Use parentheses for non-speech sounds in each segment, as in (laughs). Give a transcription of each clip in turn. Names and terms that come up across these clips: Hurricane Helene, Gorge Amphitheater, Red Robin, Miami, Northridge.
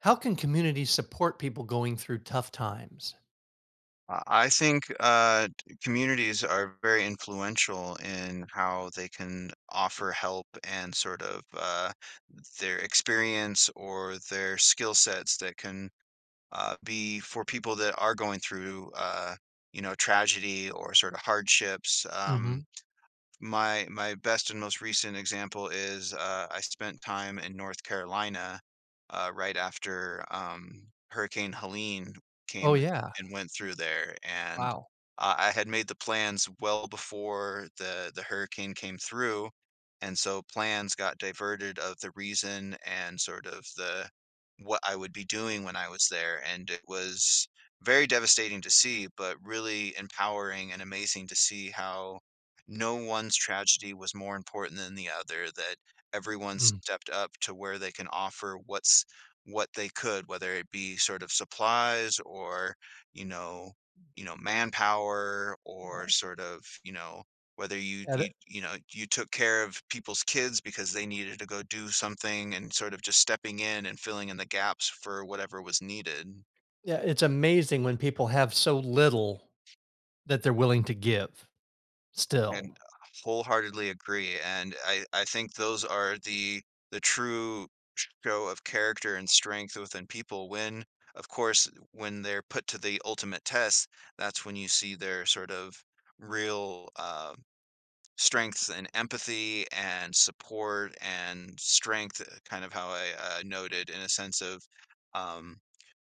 How can communities support people going through tough times? I think communities are very influential in how they can offer help and sort of their experience or their skill sets that can be for people that are going through, you know, tragedy or sort of hardships. Mhm. My best and most recent example is, I spent time in North Carolina, right after, Hurricane Helene Oh, came yeah. and went through there, and Wow. I had made the plans well before the hurricane came through, and so plans got diverted of the reason and sort of the what I would be doing when I was there, and it was very devastating to see, but really empowering and amazing to see how no one's tragedy was more important than the other, that everyone Mm. stepped up to where they can offer what they could, whether it be sort of supplies or, you know, manpower or sort of, whether Yeah, th you took care of people's kids because they needed to go do something and sort of just stepping in and filling in the gaps for whatever was needed. yeah, it's amazing when people have so little that they're willing to give. And Still. wholeheartedly agree, and I think those are the true show of character and strength within people when, of course, when they're put to the ultimate test, that's when you see their sort of real, strengths and empathy and support and strength, kind of how I, noted in a sense of, um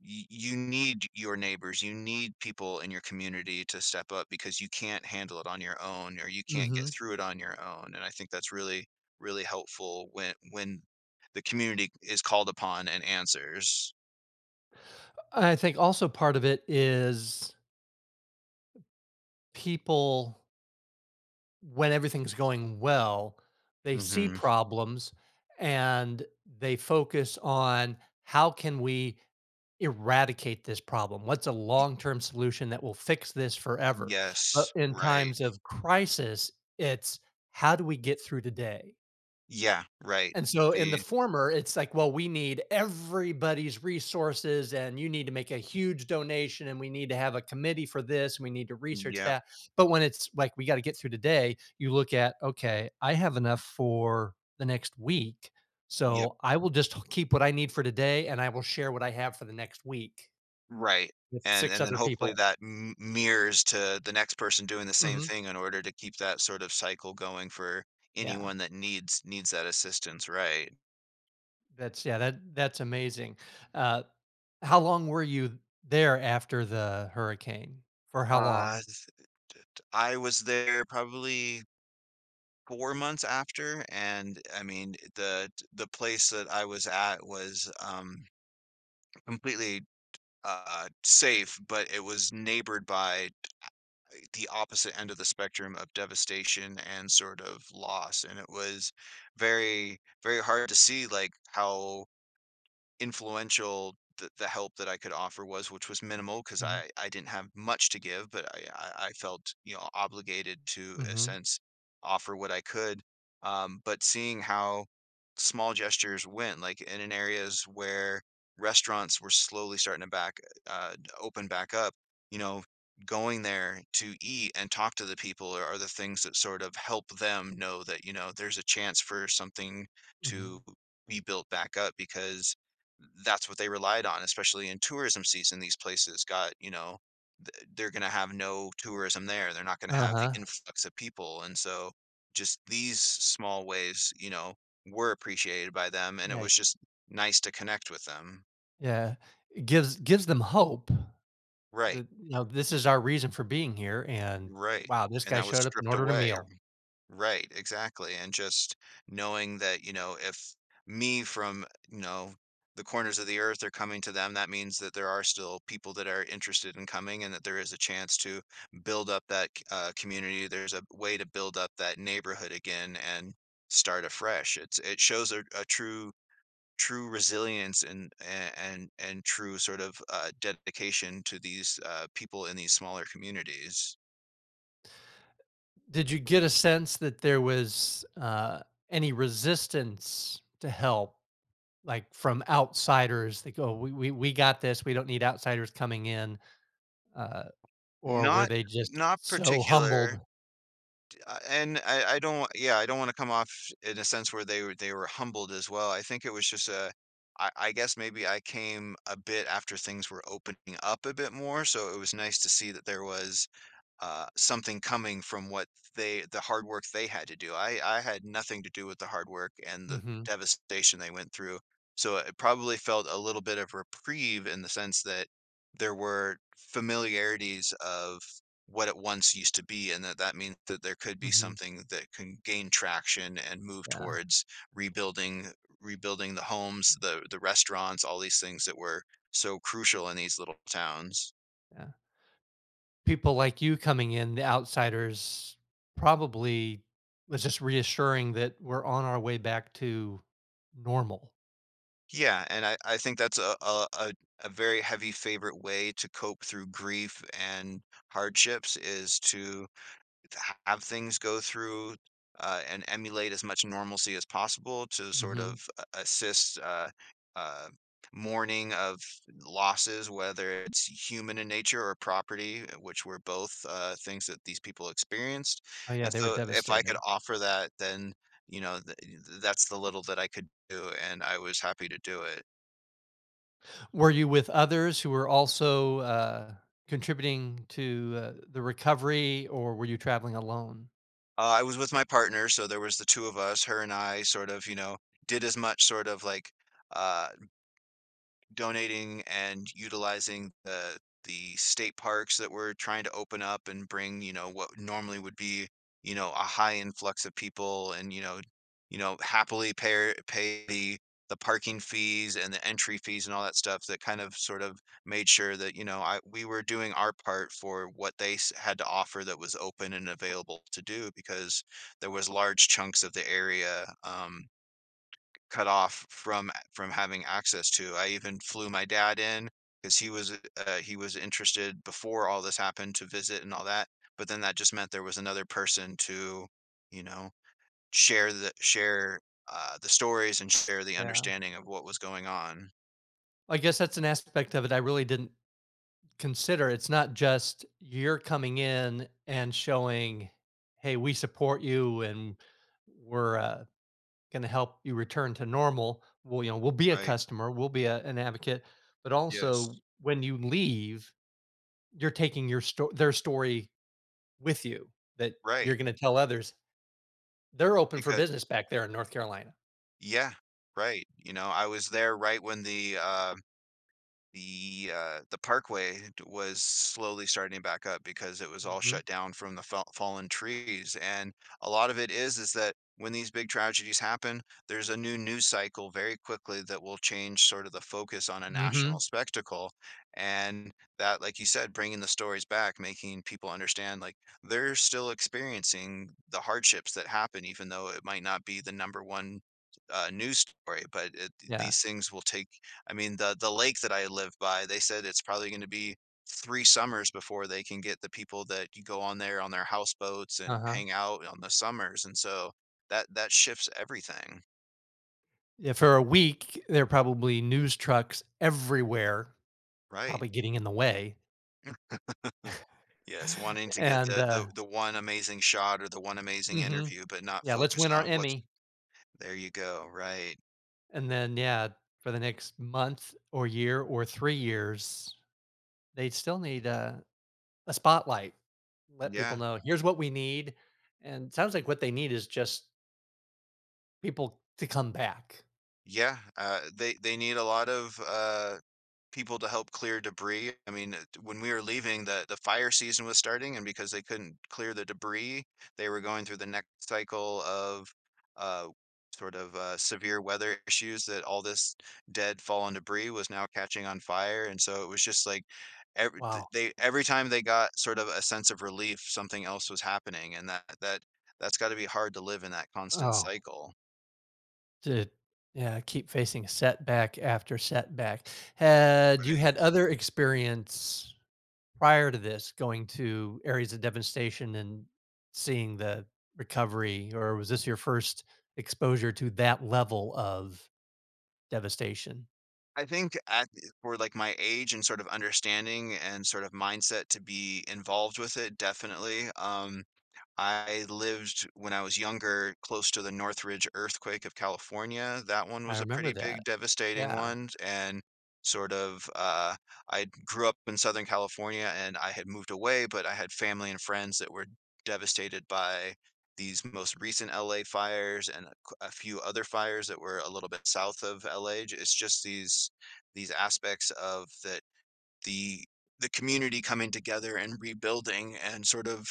you need your neighbors, you need people in your community to step up because you can't handle it on your own or you can't get Hmm. through it on your own. And I think that's really really helpful when the community is called upon and answers. I think also part of it is people, when everything's going well, they see Hmm. problems and they focus on how can we eradicate this problem? What's a long term solution that will fix this forever? But Yes, in right. times of crisis, it's how do we get through today? Yeah, right. And so in the the former, it's like, well, we need everybody's resources and you need to make a huge donation and we need to have a committee for this and we need to research Yep. that. But when it's like, we got to get through today, you look at, okay, I have enough for the next week. Yep, So I will just keep what I need for today and I will share what I have for the next week right. with and six and then other hopefully people. that mirrors to the next person doing the same Hmm. thing in order to keep that sort of cycle going for Yeah. anyone that needs that assistance, right? That's, yeah, that's amazing. Uh, how long were you there after the hurricane? For how Uh, long? th- th- I was there probably 4 months after, and I mean the place that I was at was completely safe, but it was neighbored by the opposite end of the spectrum of devastation and sort of loss, and it was very very hard to see like how influential the help that I could offer was, which was minimal because Mhm, I didn't have much to give, but I, I felt, you know, obligated to, in a mhm, sense, offer what I could. But seeing how small gestures went, like in an areas where restaurants were slowly starting to back, uh, open back up, you know, going there to eat and talk to the people are the things that sort of help them know that, you know, there's a chance for something to mhm. be built back up because that's what they relied on, especially in tourism season. These places got, you know, they're going to have no tourism there. They're not going to have the Uh-huh. influx of people. And so just these small ways, you know, were appreciated by them. And it Yeah. was just nice to connect with them. Yeah, it gives them hope Right. that, this is our reason for being here, and, Right. wow, this And guy that was showed up and stripped ordered a away. meal. Right, exactly, and just knowing that, you know, if me from, you know, the corners of the earth are coming to them, that means that there are still people that are interested in coming and that there is a chance to build up that community. There's a way to build up that neighborhood again and start afresh. It's it shows a true resilience and and true sort of dedication to these people in these smaller communities. Did you get a sense that there was, any resistance to help, like, from outsiders that go, "We got this, we don't need outsiders coming in," uh, or were Not they just not so particular. humbled? And I don't, yeah, I don't wanna come off in a sense where they were humbled as well. I think it was just a I guess maybe I came a bit after things were opening up a bit more, so it was nice to see that there was something coming from what they the hard work they had to do. I had nothing to do with the hard work and the Mhm, devastation they went through. So it probably felt a little bit of reprieve in the sense that there were familiarities of what it once used to be, and that that means that there could be mhm, something that can gain traction and move yeah, towards rebuilding, rebuilding the homes, the restaurants, all these things that were so crucial in these little towns. yeah. People like you coming in, the outsiders, probably was just reassuring that we're on our way back to normal. Yeah, and I think that's a a very heavy favorite way to cope through grief and hardships is to h have things go through, and emulate as much normalcy as possible to sort of Mhm. a assist, uh, mourning of losses, whether it's human in nature or property, which were both, things that these people experienced, Oh, yeah, and they were so if I could devastated. offer that, then, th that's the little that I could do, and I was happy to do it. Were you with others who were also, contributing to, the recovery, or were you traveling alone? I was with my partner, so there was the 2 of us, her and I sort of, you know, did as much sort of like, uh donating and utilizing the state parks that we're trying to open up and bring, you know, what normally would be, a high influx of people and, happily pay the parking fees and the entry fees and all that stuff that kind of sort of made sure that, you know, I we were doing our part for what had to offer that was open and available to do because there was large chunks of the area cut off from having access to. I even flew my dad in because he was interested before all this happened to visit and all that. But then that just meant there was another person to, you know, share the stories and share the Yeah. understanding of what was going on. I guess that's an aspect of it I really didn't consider. It's not just you're coming in and showing, "Hey, we support you, and we're, going to help you return to normal. Well, we'll be a Right. customer, we'll be an advocate, but also Yes. when you leave, you're taking their story with you that you're Right. going to tell others. They're open for Because business back there in North Carolina. yeah. Right. You know, I was there right when the parkway was slowly starting back up because it was all Hmm. shut down from the fallen trees. And a lot of it is that when these big tragedies happen, there's a new news cycle very quickly that will change sort of the focus on a national Hmm. spectacle. And that, like you said, bringing the stories back, making people understand like they're still experiencing the hardships that happen, even though it might not be the number one news story. But it, Yeah. these things will take, I mean, the lake that I live by, they said it's probably gonna be 3 summers before they can get the people that you go on there on their houseboats and Uh huh. hang out on the summers, and so that that shifts everything. Yeah. For a week, there are probably news trucks everywhere, Right. probably getting in the way. Yes, wanting (laughs) to get And the the the one amazing shot or the one amazing hmm interview, but not yeah, let's focused win our on what's Emmy. there you go, right. And then, yeah, for the next month or year or 3 years, they still need a spotlight. Let people Yeah. know, "Here's what we need," and it sounds like what they need is just people to come back. Yeah, they need a lot of, people to help clear debris. I mean, when we were leaving, the fire season was starting, and because they couldn't clear the debris, they were going through the next cycle of uh, sort of severe weather issues that all this dead fallen debris was now catching on fire, and so it was just like every Wow. they every time they got sort of a sense of relief, something else was happening, and that that's got to be hard to live in that constant Oh, cycle. to yeah, keep facing setback after setback. Had you Right. had other experience prior to this going to areas of devastation and seeing the recovery, or was this your first exposure to that level of devastation? I think at for like my age and sort of understanding and sort of mindset to be involved with it, definitely. I lived when I was younger close to the Northridge earthquake of California. That one I was a remember pretty that. big devastating Yeah. one, and sort of, I grew up in Southern California and I had moved away, but I had family and friends that were devastated by these most recent LA fires and a few other fires that were a little bit south of LA. It's just these aspects of that the the community coming together and rebuilding and sort of,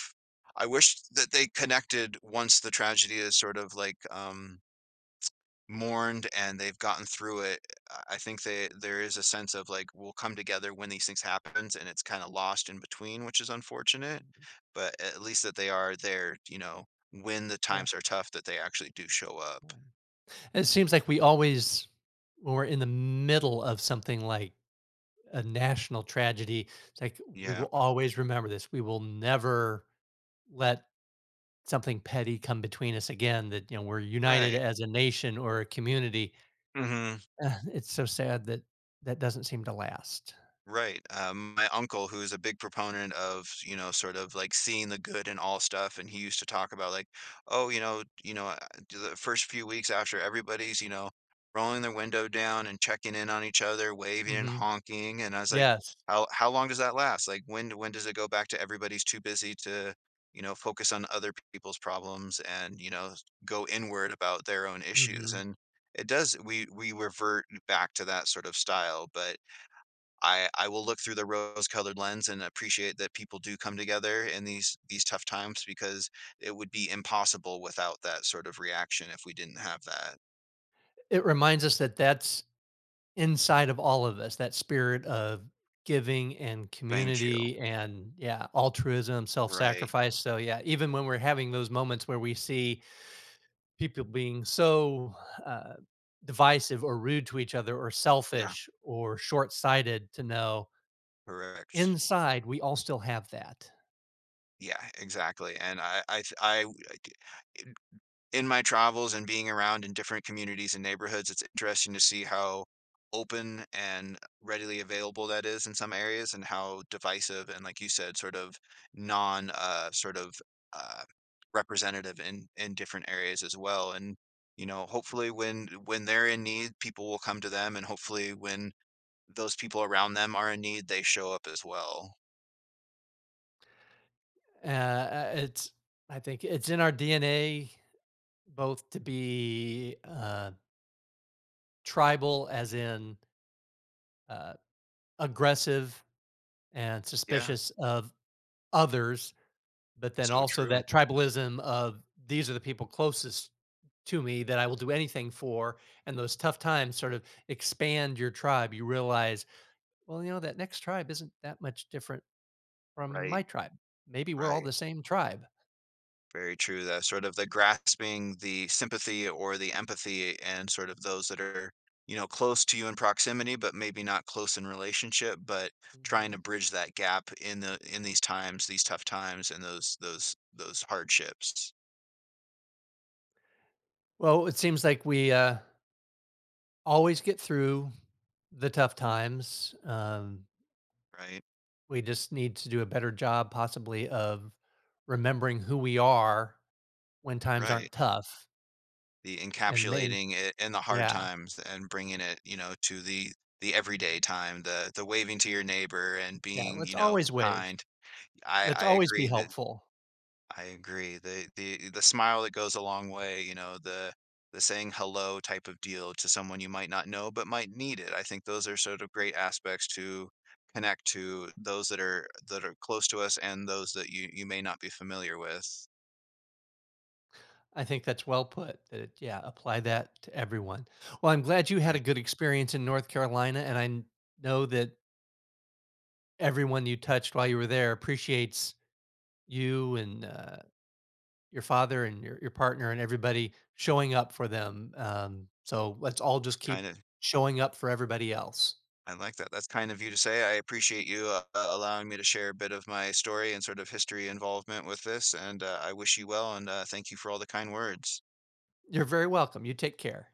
I wish that they connected once the tragedy is sort of like mourned and they've gotten through it. I think they there is a sense of like we'll come together when these things happens and it's kind of lost in between, which is unfortunate, but at least that they are there, you know, when the times are tough that they actually do show up. Yeah. It seems like we always, when we're in the middle of something like a national tragedy, it's like we Yeah, will always remember this. We will never let something petty come between us again. That we're united right. as a nation or a community. (sighs) Mhm. It's so sad that that doesn't seem to last. Right. My uncle, who's a big proponent of, you know, sort of like seeing the good in all stuff, and he used to talk about like, oh, the first few weeks after everybody's, you know, rolling their window down and checking in on each other, waving and Hmm. honking, and I was like, Yes. How long does that last? Like, when does it go back to everybody's too busy to, focus on other people's problems and, go inward about their own issues? Hmm. And it does, we revert back to that sort of style, but I will look through the rose-colored lens and appreciate that people do come together in these tough times because it would be impossible without that sort of reaction if we didn't have that. It reminds us that that's inside of all of us, that spirit of giving and Thank you. community and, yeah, altruism, Right. self-sacrifice. So yeah, even when we're having those moments where we see people being so uh, divisive or rude to each other or Yeah. selfish or short-sighted to know Correct. inside we all still have that. Yeah, exactly, and I like, in my travels and being around in different communities and neighborhoods, it's interesting to see how open and readily available that is in some areas and how divisive and, like you said, sort of non uh sort of uh representative in different areas as well. And you know, hopefully when they're in need, people will come to them, and hopefully when those people around them are in need, they show up as well. It's I think it's in our DNA, both to be tribal as in uh, aggressive and Yeah, suspicious of others, but then so also true. that tribalism of these are the people closest to me that I will do anything for. And those tough times sort of expand your tribe. You realize, well, that next tribe isn't that much different from Right, my tribe. Maybe we're all right. the same tribe. Very true, though, sort of the grasping the sympathy or the empathy and sort of those that are, you know, close to you in proximity, but maybe not close in relationship, but trying to hmm bridge that gap in the in these times, these tough times and those hardships, Well, it seems like we always get through the tough times. Right? We just need to do a better job, possibly, of remembering who we are when times Right. aren't tough. The and main encapsulating it in the hard yeah times and bringing it, you know, to the everyday Mhm. time, the waving to your neighbor and Yeah, being, you let's know, always wave. kind. I Let's I always be agree that helpful. I agree. The smile that goes a long way, you know, the saying hello type of deal to someone you might not know but might need it. I think those are sort of great aspects to connect to those that are close to us and those that you may not be familiar with. I think that's well put. Yeah, apply that to everyone. Well, I'm glad you had Right. a good experience in North Carolina, and know that everyone you touched while you were there appreciates you and your father and your partner and everybody showing up for them. So let's all just Kind keep of showing up for everybody else. I like that. That's kind of you to say. I appreciate you allowing me to share a bit of my story and sort of history involvement with this. And I wish you well and thank you for all the kind words. You're very welcome. You take care.